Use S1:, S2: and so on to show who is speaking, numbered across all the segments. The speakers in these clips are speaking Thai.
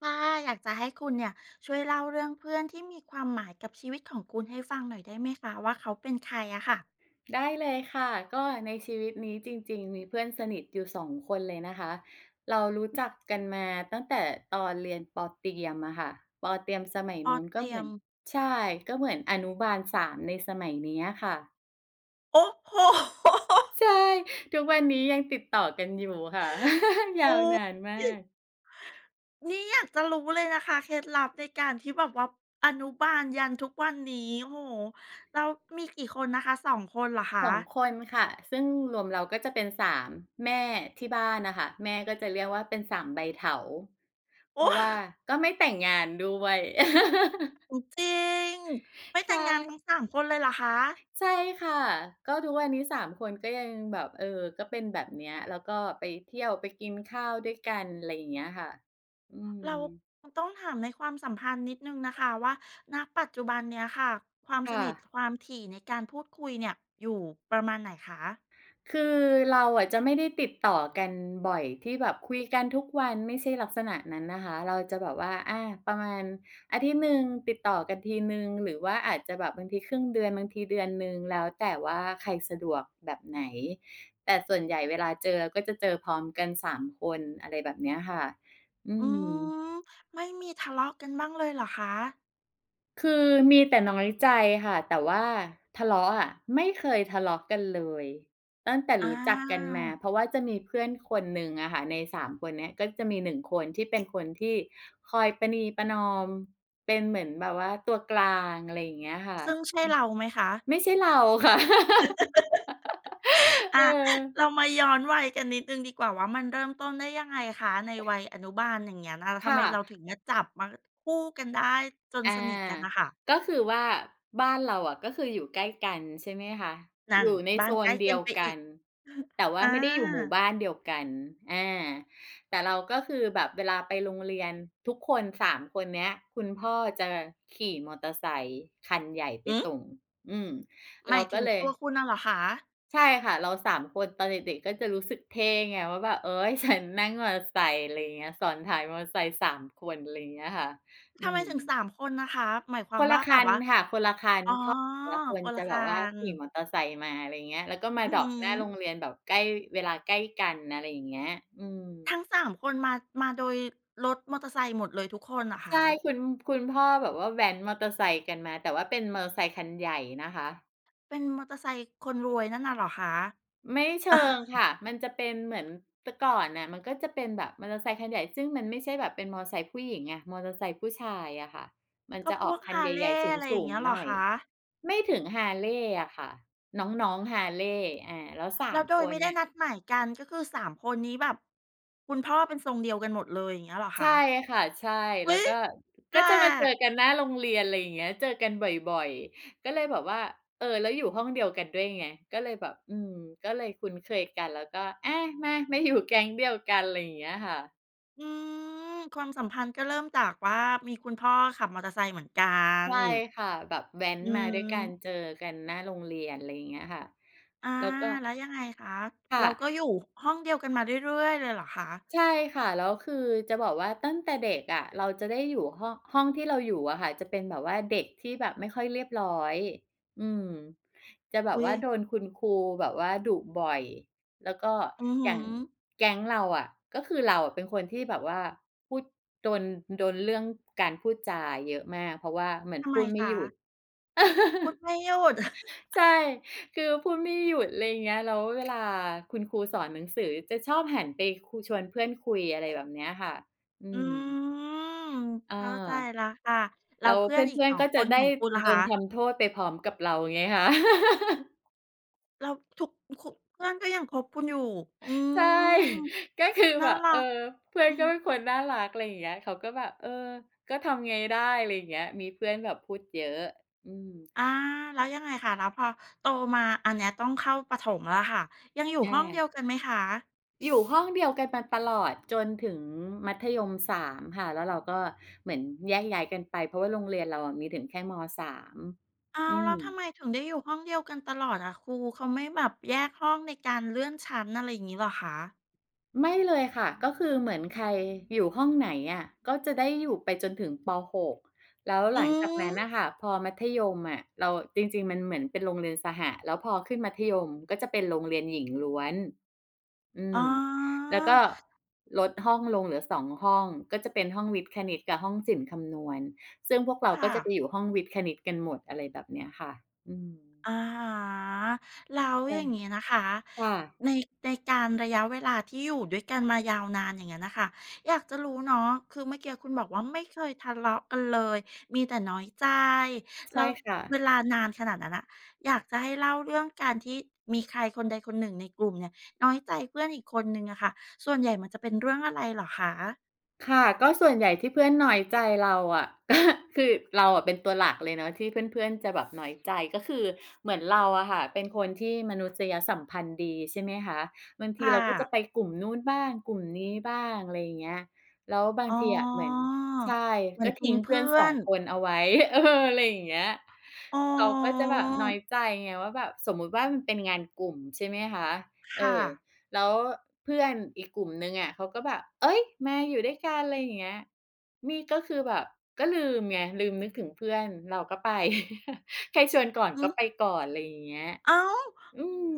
S1: ค่ะอยากจะให้คุณเนี่ยช่วยเล่าเรื่องเพื่อนที่มีความหมายกับชีวิตของคุณให้ฟังหน่อยได้ไหมคะว่าเขาเป็นใครอะค่ะ
S2: ได้เลยค่ะก็ในชีวิตนี้จริงๆมีเพื่อนสนิทอยู่สองคนเลยนะคะเรารู้จักกันมาตั้งแต่ตอนเรียนปอเตรียมอะค่ะปอเตรียมสมัย
S1: พอ
S2: นู้น
S1: เต
S2: ก็
S1: รี
S2: เห
S1: ย
S2: มือ
S1: ม
S2: นใช่ก็เหมือนอนุบาล3ในสมัยเนี้ยค่ะ
S1: โอ้โฮ
S2: ใช่ทุกวันนี้ยังติดต่อกันอยู่ค่ะ ยา
S1: โอ้
S2: วนานมา
S1: นี่
S2: ก
S1: นี่อยากจะรู้เลยนะคะเคล็ดลับในการที่แบบว่าอนุบาลยันทุกวันนี้โอ้โหแล้วมีกี่คนนะคะสองคนเหรอ
S2: ส
S1: คะ
S2: องคนค่ะซึ่งรวมเราก็จะเป็น3แม่ที่บ้านนะคะแม่ก็จะเรียกว่าเป็น3ใบเถาเพ
S1: โอ้
S2: ราะว่าก็ไม่แต่งงานด้วย
S1: จริง ไม่แต่
S2: ใช่
S1: งงานทั้งสามคนเลยเหรอคะ
S2: ใช่ค่ะ ก็ทุกวันนี้3คนก็ยังแบบก็เป็นแบบเนี้ยแล้วก็ไปเที่ยวไปกินข้าวด้วยกันอะไรอย่างเงี้ยค่ะอืม
S1: เราคงต้องถามในความสัมพันธ์นิดหนึ่งนะคะว่าณปัจจุบันเนี้ยค่ะความส
S2: ค่ะ
S1: นิทความถี่ในการพูดคุยเนี่ยอยู่ประมาณไหนคะ
S2: คือเราอะจะไม่ได้ติดต่อกันบ่อยที่แบบคุยกันทุกวันไม่ใช่ลักษณะนั้นนะคะเราจะแบบว่าประมาณอาทิตย์หนึ่งติดต่อกันทีหนึ่งหรือว่าอาจจะแบบบางทีครึ่งเดือนบางทีเดือนหนึ่งแล้วแต่ว่าใครสะดวกแบบไหนแต่ส่วนใหญ่เวลาเจอก็จะเจอพร้อมกันสามคนอะไรแบบเนี้ยค่ะอื
S1: อื
S2: ม
S1: มไม่มีทะเลาะกันบ้างเลยเหรอคะ
S2: คือมีแต่น้อยใจค่ะแต่ว่าทะเลาะอะไม่เคยทะเลาะกันเลยตั้งแต่
S1: อา
S2: รู้จักกันมาเพราะว่าจะมีเพื่อนคนหนึ่งอะค่ะในสามคนเนี้ยก็จะมี1คนที่เป็นคนที่คอยประนีประนอมเป็นเหมือนแบบว่าตัวกลางอะไรอย่างเงี้ยค่ะ
S1: ซึ่งใช่เราไหมคะ
S2: ไม่ใช่เราค่ะ เ
S1: อา
S2: ออ
S1: เรามาย้อนวัยกันนิดหนึ่งดีกว่าว่ามันเริ่มต้นได้ยังไงคะในวัยอนุบาลอย่างเงี้ยน่ะทำไมเรา
S2: ค่ะ
S1: ถึงมาจับมาคู่กันได้จน
S2: อา
S1: สนิทกันน่ะค่ะ
S2: ก็คือว่าบ้านเราอะก็คืออยู่ใกล้กันใช่ไหมคะอ
S1: นั่น
S2: ยู่ใน
S1: บ้า
S2: โซ
S1: นใก
S2: น
S1: ล้
S2: เดี
S1: กัน
S2: ยว
S1: ไป
S2: กั
S1: อีก
S2: นแต่ว่า
S1: อา
S2: ไม่ได้อยู่หมู่บ้านเดียวกันอาแต่เราก็คือแบบเวลาไปโรงเรียนทุกคนสามคนเนี้ยคุณพ่อจะขี่มอเตอร์ไซค์คันใหญ่ไป
S1: อืม
S2: ส่งอืม
S1: ห
S2: เรา
S1: มายถึ
S2: ก็
S1: ง
S2: เลย
S1: ตัวคุณน่ะเหรอคะ
S2: ใช่ค่ะเราสามคนตอนเด็กๆก็จะรู้สึกเท่ไงว่าแบบเอ๊ยฉันนั่งมอเตอร์ไซค์อะไรอย่างเงี้ยซ้อนท้ายมอเตอร์ไซค์สามคนอะไรอย่างเงี้ยค่ะอื
S1: ทำไม
S2: ม
S1: ถึงสามคนนะคะหมายค
S2: ค
S1: วาม
S2: น
S1: ว่า
S2: ละ
S1: แบ
S2: คั
S1: บ
S2: น
S1: ว่า
S2: ค่ะคนละคัน
S1: อ๋อ
S2: พ่อแต่ละคน
S1: คน
S2: จะ
S1: ละ
S2: แบ
S1: คั
S2: บว่า
S1: น
S2: ขี่มอเตอร์ไซค์มาอะไรอย่างเงี้ยแล้วก็มา
S1: อือ
S2: ดรอ
S1: ฮึ
S2: ปหน้าโรงเรียนแบบใกล้เวลาใกล้กันอะไรอย่างเงี้ยอืม
S1: ทั้งสามคนมามาโดยรถมอเตอร์ไซค์หมดเลยทุกคนเหรอคะ
S2: ใช่คุณพ่อแบบว่าแว้นมอเตอร์ไซค์กันมาแต่ว่าเป็นมอเตอร์ไซค์คันใหญ่นะคะ
S1: เป็นมอเตอร์ไซค์คนรวยนั่นน่ะเหรอคะ
S2: ไม่เชิง ค่ะมันจะเป็นเหมือนแต่ก่อนน่ะมันก็จะเป็นแบบมอเตอร์ไซค์คันใหญ่ซึ่งมันไม่ใช่แบบเป็นมอเตอร์ไซค์ผู้หญิงไงมอเตอร์ไซค์ผู้ชายอะค่ะมัน
S1: ก็
S2: จะ
S1: พ
S2: ออ
S1: ว
S2: ก
S1: ก
S2: คันใหญ่
S1: Harley
S2: ๆส
S1: อะไรอ
S2: ู
S1: ย่าง
S2: ง
S1: เงี้ย
S2: ๆ
S1: เหร
S2: ห
S1: อ
S2: น่อย
S1: คะ
S2: ไม่ถึง Harley อะค่ะน้องๆ Harley แล้ว
S1: แล้
S2: 3
S1: วโด
S2: ค
S1: ย
S2: น
S1: ไม่ได้
S2: น่ะ
S1: นัดหมายกันก็คือสามคนนี้แบบคุณพ่อเป็นทรงเดียวกันหมดเลยอย่างเงี้ยเหรอ
S2: ใช่
S1: คะ
S2: ค่ะใช่
S1: อุ๊
S2: แล้ว
S1: ย
S2: ก็
S1: แป
S2: ก็
S1: ล
S2: จะมาเจอ
S1: ก
S2: กันหน้าโรงเรียนอะไรอย่างเงี้ยเจอกันบ่อยๆก็เลยแบบว่าเออแล้วอยู่ห้องเดียวกันด้วยไงก็เลยแบบอืมก็เลยคุ้นเคยกันแล้วก็อามามาอยู่แก๊งเดียวกันอะไรอย่างเงี้ยค่ะ
S1: อืมความสัมพันธ์ก็เริ่มจากว่ามีคุณพ่อขับมอเตอร์ไซค์เหมือนกัน
S2: ใช่ค่ะแบบแว้น
S1: อื
S2: มา
S1: ม
S2: ด้วยกันเจอกันหน้าโรงเรียนอะไรอย่างเงี้ยค่ะ
S1: อา
S2: แล้วก็
S1: แล้วยังไงคะ เราก็
S2: ค่ะ
S1: อยู่ห้องเดียวกันมาเรื่อยๆเลยเหรอคะ
S2: ใช่ค่ะแล้วคือจะบอกว่าตั้งแต่เด็กอะเราจะได้อยู่ห้องที่เราอยู่อะค่ะจะเป็นแบบว่าเด็กที่แบบไม่ค่อยเรียบร้อยอืมจะแบบ
S1: อุ๊ย
S2: ว่าโดนคุณครูแบบว่าดุบ่อยแล้วก็
S1: อือ
S2: อ
S1: ฮึ
S2: ย่างแก๊งเราอะก็คือเราอะเป็นคนที่แบบว่าพูดโดนโดนเรื่องการพูดจาเยอะมากเพราะว่าเหมือน
S1: ทำไม
S2: พูดไม่
S1: คะ
S2: หยุด
S1: พูดไม่หยุด
S2: ใช่คือพูดไม่หยุดอะไรอย่างเงี้ยแล้วเวลาคุณครูสอนหนังสือจะชอบหันไปคุชวนเพื่อนคุยอะไรแบบเนี้ยค่ะอื
S1: อื
S2: ม
S1: ม
S2: เอา
S1: เข้าใจแล้วค่ะแล้ว
S2: แล้ว
S1: เพื่
S2: เพ
S1: อนอีก
S2: ื่อนๆ
S1: 2
S2: ก็
S1: ค
S2: จะ
S1: น
S2: ได้
S1: ของคุณล่ะ
S2: โด
S1: คะ
S2: นทำโทษไปพร้อมกับเราไงคะ
S1: แล้วทุกคุเพื่อนก็ยังคบคุณอยู่ อื
S2: ใช่
S1: ม
S2: ก็คือ
S1: น่า
S2: แบบ
S1: รั
S2: เออ
S1: ก
S2: เพื่อน
S1: อื
S2: ก็
S1: ม
S2: เป็นคนน่ารักอะไรอย่างเงี้ยเขาก็แบบเออก็ทำไงได้อะไรอย่างเงี้ยมีเพื่อนแบบพูดเยอะอืม
S1: อาแล้วยังไงคะแล้วพอโตมาอันเนี้ยต้องเข้าประถมแล้วะค่ะยังอยู่
S2: อ
S1: ห้องเดียว
S2: า
S1: กันไหมคะ
S2: อยู่ห้องเดียวกันมาตลอดจนถึงมัธยม3ค่ะแล้วเราก็เหมือนแยกย้ายกันไปเพราะว่าโรงเรียนเราอะมีถึงแค่ม3
S1: อ้าว
S2: อื
S1: แล้
S2: ม
S1: วทำไมถึงได้อยู่ห้องเดียวกันตลอดอะครูเขาไม่แบบแยกห้องในการเลื่อนชั้นอะไรอย่างงี้เหรอคะ
S2: ไม่เลยค่ะก็คือเหมือนใครอยู่ห้องไหนอะก็จะได้อยู่ไปจนถึงป6แล้วห
S1: อื
S2: ลังจากนั้
S1: ม
S2: นน่ะค่ะพอมัธยมอะเราจริงๆมันเหมือนเป็นโรงเรียนสหะแล้วพอขึ้นมัธยมก็จะเป็นโรงเรียนหญิงล้วนอื
S1: อ๋
S2: ม
S1: อ
S2: แล้วก็ลดห้องลงเหลือ2ห้องก็จะเป็นห้องวิทย์คณิตกับห้องศิลป์คำนวณซึ่งพวกเราก็
S1: ค่ะ
S2: จะไปอยู่ห้องวิทย์คณิตกันหมดอะไรแบบเนี้ยค่ะอืม
S1: อะฮะแล้วอ
S2: ใช่
S1: ย่างงี้นะคะ
S2: ค่ะ
S1: ในในการระยะเวลาที่อยู่ด้วยกันมายาวนานอย่างงั้นน่ะค่ะอยากจะรู้เนาะคือเมื่อกี้คุณบอกว่าไม่เคยทะเลาะกันเลยมีแต่น้อยใจ
S2: ใช่
S1: แล้ว
S2: ค่ะ
S1: เวลานานขนาดนั้นน่ะอยากจะให้เล่าเรื่องการที่มีใครคนใดคนหนึ่งในกลุ่มเนี่ยน้อยใจเพื่อนอีกคนหนึ่งอะค่ะส่วนใหญ่มันจะเป็นเรื่องอะไรเหรอคะ
S2: ค่ะก็ส่วนใหญ่ที่เพื่อนน้อยใจเราอะ ก็คือเราอะเป็นตัวหลักเลยเนาะที่เพื่อนๆจะแบบน้อยใจก็คือเหมือนเราอะค่ะเป็นคนที่มนุษยสัมพันธ์ดีใช่ไหมคะบางที
S1: ค่ะ
S2: เราก็จะไปกลุ่มนู้นบ้างกลุ่มนี้บ้างอะไรอย่างเงี้ยแล้วบาง
S1: อ๋
S2: ทีอะเหมือน
S1: อ
S2: ใช่
S1: เหมือ
S2: ก็
S1: นทิ้
S2: ทิ้
S1: ง
S2: งเพื่อน
S1: เพื่อ
S2: สอง
S1: น
S2: คนเอาไว้ เอออะไรอย่างเงี้ย
S1: อ๋อ
S2: เขาก็จะแบบน้อยใจไงว่าแบบสมมุติว่ามันเป็นงานกลุ่มใช่ไหมคะเอ
S1: ค่ะ
S2: อ แล้วเพื่อนอีกกลุ่มหนึ่งอะเขาก็แบบเฮ้ยมาอยู่ด้วยกันอะไรอย่างเงี้ยนี่ก็คือแบบก็ลืมไงลืมนึกถึงเพื่อนเราก็ไป ใครชวนก่อน
S1: อือ
S2: ก็ไปก่อนอะไรอย่างเงี้ย
S1: อ้าว
S2: อืม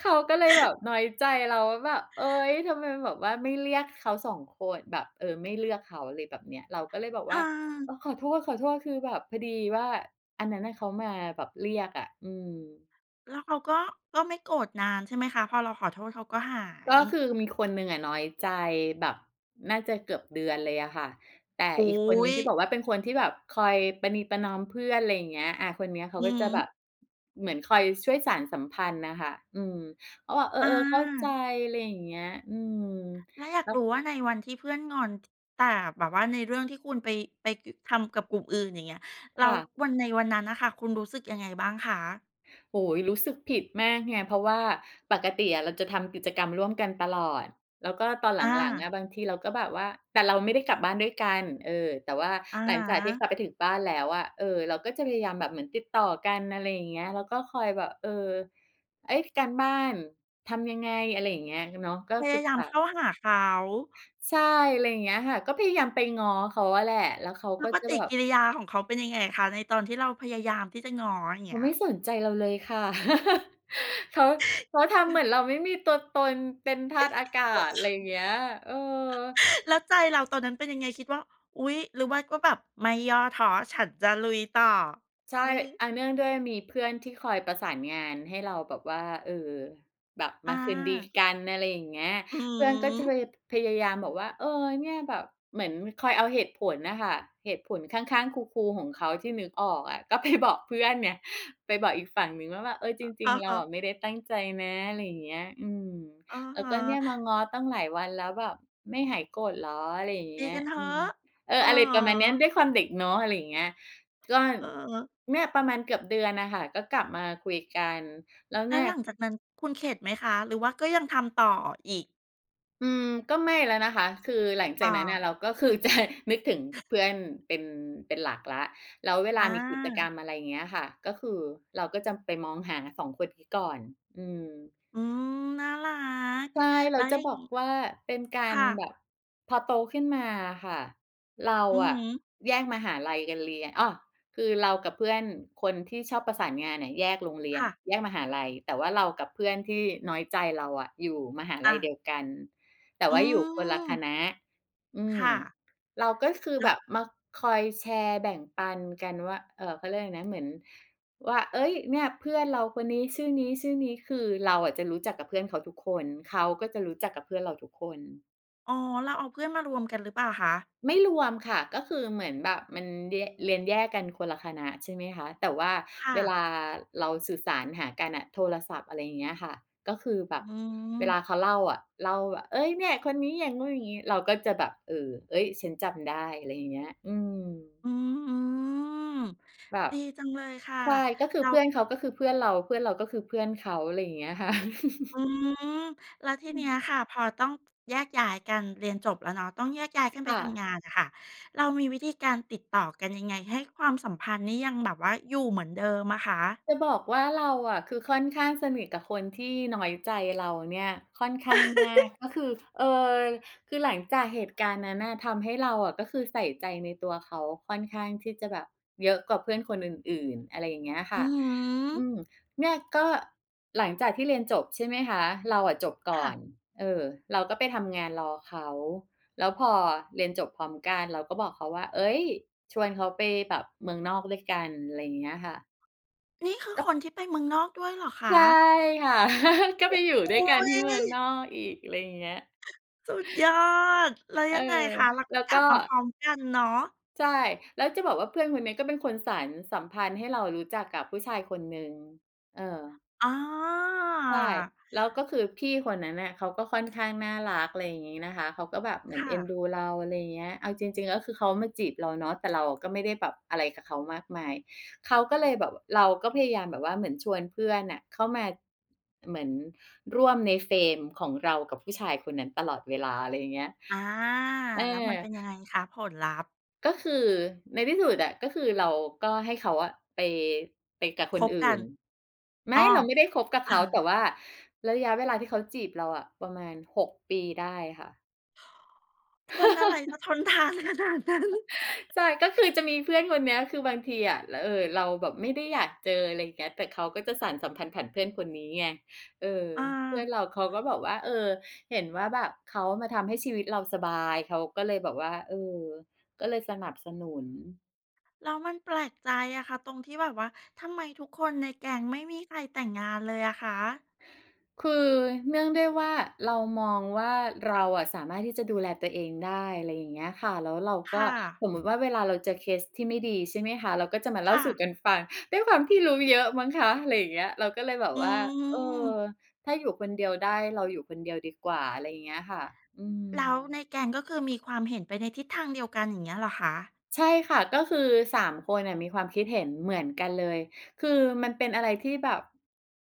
S2: เขาก็เลยแบบน้อยใจเราว่าแบบเฮ้ยทำไมแบบว่าไม่เรียกเขาสองคนแบบเออไม่เลือกเขาอะไรแบบเนี้ยเราก็เลยบอก
S1: อ
S2: ว่าเออ
S1: า
S2: ขอโทษๆคือแบบพอดีว่าอันนั้นน่ะเขามาแบบเรียกอืม
S1: แล้วเขาก็ก็ไม่โกรธนานใช่ไหมคะพอเราขอโทษเขาก็หา
S2: ก็
S1: ย
S2: คือมีคนหนึ่งอะน้อยใจแบบน่าจะเกือบเดือนเลยอะค่ะแต่
S1: อุ
S2: อีกคนห
S1: ๊
S2: นึ่ง
S1: ย
S2: ที่บอกว่าเป็นคนที่แบบคอยประนีประนอมเพื่อนอะไรอย่างเงี้ยอาคนเนี้ยเขา
S1: อื
S2: ก็จะ
S1: ม
S2: แบบเหมือนคอยช่วยสานสัมพันธ์น่ะค่ะอืมเขาบอกเออ
S1: อา
S2: ๆเข้าใจอะไรอย่างเงี้ยอืม
S1: แล้วอยาก
S2: แล้ว
S1: รู้ว่าในวันที่เพื่อนงอนแต่แบบว่าในเรื่องที่คุณไปกทำกับกลุ่มอื่นอย่างเงี้ยแล้ว
S2: ค่ะ
S1: วันในวันนั้นน่ะค่ะคุณรู้สึกยังไงบ้างคะ
S2: โอ้โฮรู้สึกผิดมากไงเพราะว่าปกติอะเราจะทำกิจกรรมร่วมกันตลอดแล้วก็ตอนห
S1: อา
S2: ลังๆอะบางทีเราก็แบบว่าแต่เราไม่ได้กลับบ้านด้วยกันเออแต่ว่า
S1: อะ
S2: หลัง
S1: ฮะ
S2: จากที่กลับไปถึงบ้านแล้วอะเออเราก็จะพยายามแบบเหมือนติดต่อกันอะไรอย่างเงี้ยแล้วก็คอยแบบเออเฮ้ยการบ้านทำยังไงอะไรอย่างเงี้ยเนาะก็
S1: พ
S2: ปรึ
S1: ยา
S2: ก
S1: ยาม
S2: ษา
S1: เข้าหาเขา
S2: ใช่อะไรอย่างเงี้ยค่ะก็พยายามไปง้อเขาอะแหละแล้วเขา
S1: แล้ว
S2: ก็
S1: ป
S2: จะ
S1: ฏิ
S2: แบบ
S1: กิริยาของเขาเป็นยังไงคะในตอนที่เราพยายามที่จะง้ออย่าง
S2: เขา
S1: เงี้ย
S2: ไม่สนใจเราเลยค่ะ เขาเขาทำเหมือนเราไม่มีตัวตนเป็นธาตุอากาศอะไรอย่างเงี้ยเออ
S1: แล้วใจเราตอนนั้นเป็นยังไงคิดว่าอุ๊ยหรือว่าก็แบบไม่ย่อท้อฉันจะลุยต่อ
S2: ใช่
S1: อื
S2: อา
S1: ม
S2: เนื่องด้วยมีเพื่อนที่คอยประสานงานให้เราแบบว่าเออแบบมา
S1: อา
S2: คืนดีกันอะไรอย่างเงี้ย
S1: อื
S2: เพื่อนก็
S1: ม
S2: จะพยายามบอกว่าเออเนี่ยแบบเหมือนคอยเอาเหตุผลน่ะค่ะเหตุผลข้างๆคูลๆของเขาที่นึกออกอะ ก็ไปบอกเพื่อนเนี่ยไปบอกอีกฝั่งหนึ่งว่าแบบเออจริง
S1: อะ
S2: ๆเรา
S1: ฮะ
S2: อะไม่ได้ตั้งใจนะอะไรอย่างเงี้ยอืม
S1: อะ
S2: แล้ว
S1: ฮะ
S2: ก็เนี่ยมาง้อตั้งหลายวันแล้วแบบไม่หายโกรธเหรออะไรอย่าง
S1: ตี
S2: เงี้ย
S1: กันเถ
S2: อืม
S1: อะ
S2: เออ
S1: อะ
S2: อะไร
S1: ฮ
S2: ประมาณเนี้ยด้วยค
S1: ะ
S2: วามเด็กเนาะอะไรอย่างเงี้ยก็
S1: เออ
S2: เนี่ยประมาณเกือบเดือนน่ะค่ะก็กลับมาคุยกัน
S1: แล้วหลังจากนั้นคุณเข็ดไหมคะหรือว่าก็ยังทำต่ออีก
S2: อืมก็ไม่แล้วนะคะคือหลังจา
S1: ต่
S2: ก
S1: อ
S2: นั้นน่ะเราก็คือจะ นึกถึงเพื่อนเป็นเป็นหลักแล้วแล้วเว
S1: อ
S2: ลามีกิจกรร
S1: า
S2: มอะไรอย่างเงี้ยค่ะก็คือเราก็จะไปมองหา2คนนี้ก่อนอืม
S1: อืมน่ารัก
S2: ใช่เรา
S1: แล้วอ
S2: จะ
S1: ย่าง
S2: บอก
S1: งี้
S2: ว่าเป็นการ
S1: ค่ะ
S2: แบบพอโตขึ้นมาอะค่ะเรา
S1: อือฮึ
S2: อะแยกมหาลัยกันเรียนอ้อคือเรากับเพื่อนคนที่ชอบประสานงานเนี่ยแยกโรงเรียน
S1: ค่ะ
S2: แยกมหาลัยแต่ว่าเรากับเพื่อนที่น้อยใจเราอะอยู่มหาลั
S1: อา
S2: ยเดียวกันแต่
S1: อื
S2: ว่าอยู่คนละ
S1: ม
S2: คณะอืม
S1: ค่ะ
S2: เราก็คือ
S1: แล้
S2: แบ
S1: ว
S2: บมาคอยแชร์แบ่งปันกันว่าเขาเรียกอะไรนะเหมือน ว่าเอ้ยเนี่ยเพื่อนเราคนนี้ชื่อนี้ชื่อนี้คือเราอะจะรู้จักกับเพื่อนเขาทุกคนเขาก็จะรู้จักกับเพื่อนเราทุกคน
S1: อ๋อเราเอาเพื่อนมารวมกันหรือเปล่าคะ
S2: ไม่รวมค่ะก็คือเหมือนแบบมันเรียนแยกกันคนละคณะใช่ไหมคะแต่ว่า
S1: ค่ะ
S2: เวลาเราสื่อสารหากันน่ะโทรศัพท์อะไรอย่างเงี้ยค่ะก็คือแบ
S1: อื
S2: บเวลา
S1: ม
S2: เขาเล่าแบบเฮ้ยเนี่ยคนนี้อย่างงู้นอย่างงี้เราก็จะแบบเออเฮ้ยฉันจำได้อะไรอย่างเงี้ยอืม
S1: อืม
S2: แบ
S1: ๆ
S2: บ
S1: ดีจังเลยค่ะ
S2: ใช่ก็คือเพื่อนเขาก็คือเพื่อนเราเพื่อนเราก็คือเพื่อนเขาอะไรอย่างเงี้ยค่ะ
S1: อืมแล้วที
S2: อื
S1: เนี้
S2: ม
S1: ยค่ะพอต้องแยกย้ายกันเรียนจบแล้วเนาะต้องแยกย้ายกันไป
S2: ค่ะ
S1: ทำงานอะค่ะเรามีวิธีการติดต่อกันยังไงให้ความสัมพันธ์นี้ยังแบบว่าอยู่เหมือนเดิมอะคะ
S2: จะบอกว่าเราอะคือค่อนข้างสนิทกับคนที่น้อยใจเราเนี่ยค่อนข้างมากก็คือเอ่อคือหลังจากเหตุการณ์นั้นน่ะทำให้เราอะก็คือใส่ใจในตัวเขาค่อนข้างที่จะแบบเยอะกว่าเพื่อนคนอื่นๆอะไรอย่างเงี้ย
S1: อื
S2: ค่ะ
S1: ม
S2: อืมเนี่ยก็หลังจากที่เรียนจบใช่ไหมคะเราอะจบก่อ
S1: ค่ะ
S2: นเออเราก็ไปทำงานรอเขาแล้วพอเรียนจบพร้อมกันเราก็บอกเขาว่าเฮ้ยชวนเขาไปแบบเมืองนอกด้วยกันอะไรอย่างเงี้ยค่ะ
S1: นี่คือคนที่ไปเมืองนอกด้วยเหรอคะ
S2: ใช่ค่ะ ก็ไปอยู่ด้วย
S1: โอุ๊
S2: กัน
S1: ย
S2: ที่เมืองนอกอีกอะไรอย่างเงี้ย
S1: สุดยอดแล้ว
S2: เออ
S1: ยังไงคะแล้วก็
S2: แล้ว
S1: กลั
S2: ก็
S1: บมาพร้อมกันเนาะ
S2: ใช่แล้วจะบอกว่าเพื่อนคนนี้ก็เป็นคนสานสัมพันธ์ให้เรารู้จักกับผู้ชายคนหนึ่งเออ
S1: อา
S2: ใช่แล้วก็คือพี่คนนั้นน่ะเขาก็ค่อนข้างน่ารักอะไรอย่างงี้นะคะเขาก็แบบเหมือน
S1: ค่ะ
S2: เอ็นดูเราอะไรอย่างเงี้ยเอาจริงๆก็คือเขามาจีบเราเนาะแต่เราก็ไม่ได้แบบอะไรกับเขามากมายเขาก็เลยแบบเราก็พยายามแบบว่าเหมือนชวนเพื่อนน่ะเข้ามาเหมือนร่วมในเฟรมของเรากับผู้ชายคนนั้นตลอดเวลาอะไรอย่างเงี้ย
S1: อา
S2: เออ
S1: แล้วมันเป็นยังไงคะผลลัพธ์
S2: ก็คือในที่สุดอะก็คือเราก็ให้เขาอะไปไปกับค
S1: ค
S2: น
S1: บ
S2: อื่
S1: กัน
S2: นไม่
S1: อ้อ
S2: เราไม่ได้คบกับ
S1: อา
S2: เขาแต่ว่าระยะเวลาที่เขาจีบเราอะประมาณ6ปีได้ค่ะ
S1: คนอะไรจะทนทานขนาดนั้น
S2: ใช่ก็คือจะมีเพื่อนคนเนี้ยคือบางทีอะรเราแบบไม่ได้อยากเจออะไรอย่างเงี้ยแต่เขาก็จะสานสัมพันธ์ผ่านเพื่อนคนนี้ไงเออ
S1: อา
S2: เพื่อนเราเขาก็บอกว่าเออเห็นว่าแบบเขามาทำให้ชีวิตเราสบายเขาก็เลยแบบว่าเออก็เลยสนับสนุน
S1: แล้วมันแปลกใจอะค่ะตรงที่แบบว่าทำไมทุกคนในแก๊งไม่มีใครแต่งงานเลยอะคะ
S2: คือเนื่องด้วยว่าเรามองว่าเราอะสามารถที่จะดูแลตัวเองได้อะไรอย่างเงี้ยค่ะแล้วเราก็
S1: ค่ะ
S2: สมมุติว่าเวลาเราเจอเคสที่ไม่ดีใช่ไหมคะเราก็จะมาเล่า
S1: ค่ะ
S2: สู่กันฟังด้วยความที่รู้เยอะมั้งคะอะไรอย่างเงี้ยเราก็เลยแบบ
S1: อื
S2: ว่าเอ
S1: ม
S2: อถ้าอยู่คนเดียวได้เราอยู่คนเดียวดีกว่าอะไรอย่างเงี้ยค่ะอืม
S1: แล้วในแก๊งก็คือมีความเห็นไปในทิศทางเดียวกันอย่างเงี้ยเหรอคะ
S2: ใช่ค่ะก็คือ3คนน่ะมีความคิดเห็นเหมือนกันเลยคือมันเป็นอะไรที่แบบ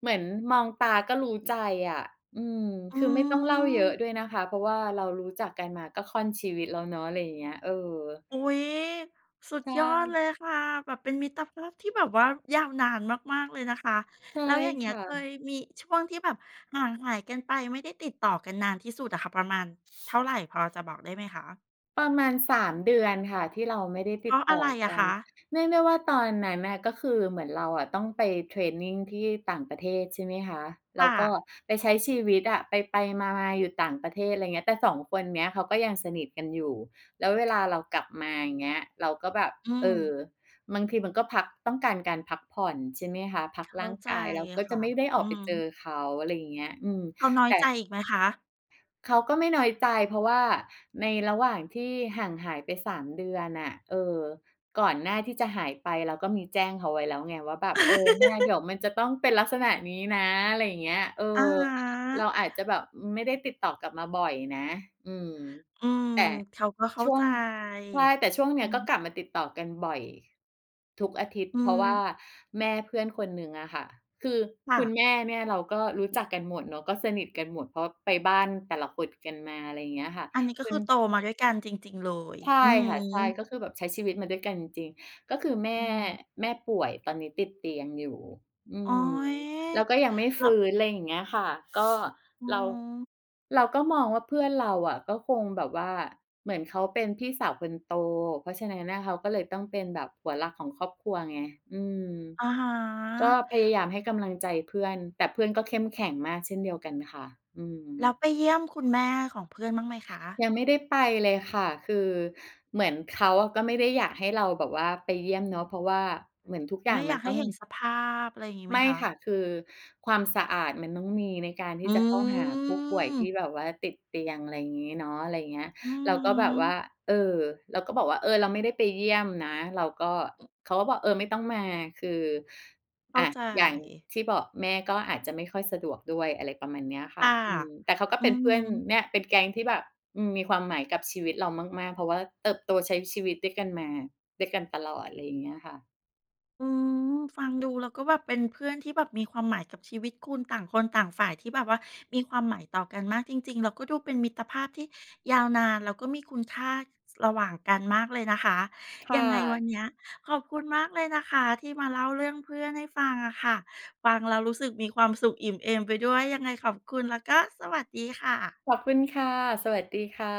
S2: เหมือนมองตาก็รู้ใจอะอืม
S1: อื
S2: คือไม่ต้องเล่าเย
S1: ม
S2: อะด้วยนะคะเพราะว่าเรารู้จักกันมาก็ค่อนชีวิตแล้วเนาะอะไรอย่างเงี้ยเออ
S1: อุ๊ยสุด
S2: ใช
S1: ยอดเล
S2: ่
S1: ยค่ะแบบเป็นมิตรภาพที่แบบว่ายาวนานมากๆเลยนะคะ
S2: ใช่
S1: แล้วอย่างเงี้ยเคย
S2: ค่ะ
S1: มีช่วงที่แบบห่างหายกันไปไม่ได้ติดต่อกันนานที่สุดอะค่ะประมาณเท่าไรพอจะบอกได้ไหมคะ
S2: ประมาณสามเดือนค่ะที่เราไม่ได้
S1: เพ
S2: ติด
S1: ราะอะ
S2: ต่อ
S1: ไรอะ
S2: กัน
S1: คะ
S2: เนื่องด้วยว่าตอนนั้นน่ะก็คือเหมือนเราอะต้องไปเทรนนิงที่ต่างประเทศใช่ไหมคะแล้ว
S1: ค่ะ
S2: ก็ไปใช้ชีวิตอะไปๆมาๆอยู่ต่างประเทศอะไรเงี้ยแต่2คนเนี้ยเขาก็ยังสนิทกันอยู่แล้วเวลาเรากลับมาอย่างเงี้ยเราก็แบบ
S1: อื
S2: เออ
S1: ม
S2: บางทีมันก็พักต้องการการพักผ่อนใช่ไหมคะพัก
S1: เข้า
S2: ร่าง
S1: ใจ
S2: กายเราก็จะ
S1: ค่ะ
S2: ไม่ได้ออก
S1: อื
S2: ไป
S1: ม
S2: เจอเขาอะไรอย่างเงี้ยอืม
S1: เขาน้อยใจอีกไหมคะ
S2: เขาก็ไม่น้อยใจเพราะว่าในระหว่างที่ห่างหายไป3เดือนน่ะเออก่อนหน้าที่จะหายไปเราก็มีแจ้งเขาไว้แล้วไงว่าแบบเออเนี่ยเดี๋ยวมันจะต้องเป็นลักษณะนี้นะอะไรอย่างเงี้ยเออ
S1: อะฮ
S2: เรา
S1: ะ
S2: อาจจะแบบอืมไม่ได้ติดต่อกลับมาบ่อยนะอืม
S1: อืม
S2: แต่
S1: เขาก็เข้า
S2: ช่ว
S1: ใจ
S2: งใช่แต่ช่วงเนี้
S1: อื
S2: ยก็
S1: ม
S2: กลับมาติดต่อกันบ่อยทุกอาทิต
S1: อื
S2: ย์เพ
S1: ม
S2: ราะว่าแม่เพื่อนคนหนึ่งอะค่ะคือ
S1: ค่ะ
S2: คุณแม่เนี่ยเราก็รู้จักกันหมดเนาะก็สนิทกันหมดเพราะไปบ้านแต่ละคนกันมาอะไรอย่างเงี้ยค่ะ
S1: อันนี้ก็
S2: คุ
S1: คื
S2: ณ
S1: อโตมาด้วยกันจริงๆเลยอื
S2: ใช่
S1: อฮ
S2: ค่ะ
S1: ึ
S2: ใช่ก็คือแบบใช้ชีวิตมาด้วยกันจริงๆก็คือ
S1: อื
S2: แม่
S1: ม
S2: แม่ป่วยตอนนี้ติดเตียงอยู่อื
S1: โอ๊
S2: ม
S1: ย
S2: แล้วก็ยังไม่
S1: แล้ว
S2: ฟื้นไรอย่างเงี้ยค่ะก็
S1: อื
S2: เรา
S1: ม
S2: เราก็มองว่าเพื่อนเราอะก็คงแบบว่าเหมือนเขาเป็นพี่สาวคนโตเพราะฉะนั้นน่ะเขาก็เลยต้องเป็นแบบหัวหลักของครอบครัวไงอืม
S1: อะฮ
S2: ก็
S1: ะ
S2: พยายามให้กำลังใจเพื่อนแต่เพื่อนก็เข้มแข็งมากเช่นเดียวกันค่ะอืม
S1: แล้วไปเยี่ยมคุณแม่ของเพื่อนบ้างไหมคะ
S2: ยังไม่ได้ไปเลยค่ะคือเหมือนเขาอะก็ไม่ได้อยากให้เราแบบว่าไปเยี่ยมเนาะเพราะว่าเหมือนทุกอย่า
S1: ไม่
S2: ง
S1: อ
S2: มั
S1: ยา
S2: น
S1: กให้
S2: ต้อง
S1: เห็นสภาพอะไรอย่างงี้ไหม
S2: ไม่
S1: คะ
S2: ค่ะคือความสะอาดมันต้องมีในการที่
S1: อื
S2: จะเข้าหาผู้ป่วยที่แบ
S1: ม
S2: บว่าติดเตียงอะไรอย่างงี้เนาะอะไรอย่างเงี้ย
S1: อื
S2: เราก็แบบ
S1: อฮ
S2: ว่า
S1: ึ
S2: เออเราก็บอกว่าเออเราไม่ได้ไปเยี่ยมนะเราก็เขาก็บอกเออไม่ต้องมาคือ
S1: เข้า
S2: อะ
S1: ใจ
S2: อย่างที่บอกแม่ก็อาจจะไม่ค่อยสะดวกด้วยอะไรประมาณเนี้ยค่ะ
S1: ค่ะ
S2: อืมแต่เขาก็
S1: อื
S2: เป็น
S1: อ
S2: เพื่อน
S1: ฮึ
S2: เนี่ยเป็นแก๊งที่แบบอืมมีความหมายกับชีวิตเรามากๆเพราะว่าเติบโตใช้ชีวิตด้วยกันมาด้วยกันตลอดอะไรอย่างเงี้ยค่ะ
S1: อืมฟังดูแล้วก็แบบเป็นเพื่อนที่แบบมีความหมายกับชีวิตคุณต่างคนต่างฝ่ายที่แบบว่ามีความหมายต่อกันมากจริงๆแล้วก็ดูเป็นมิตรภาพที่ยาวนานแล้วก็มีคุณค่าระหว่างกันมากเลยนะคะ
S2: ค่
S1: ยังไงวัน
S2: ะ
S1: เนี้ยขอบคุณมากเลยนะคะที่มาเล่าเรื่องเพื่อนให้ฟังอะค่ะฟังแล้วรู้สึกมีความสุขอิ่มเอมไปด้วยยังไงขอบคุณแล้วก็สวัสดีค่ะ
S2: ขอบคุณค่ะ สวัสดีค่ะ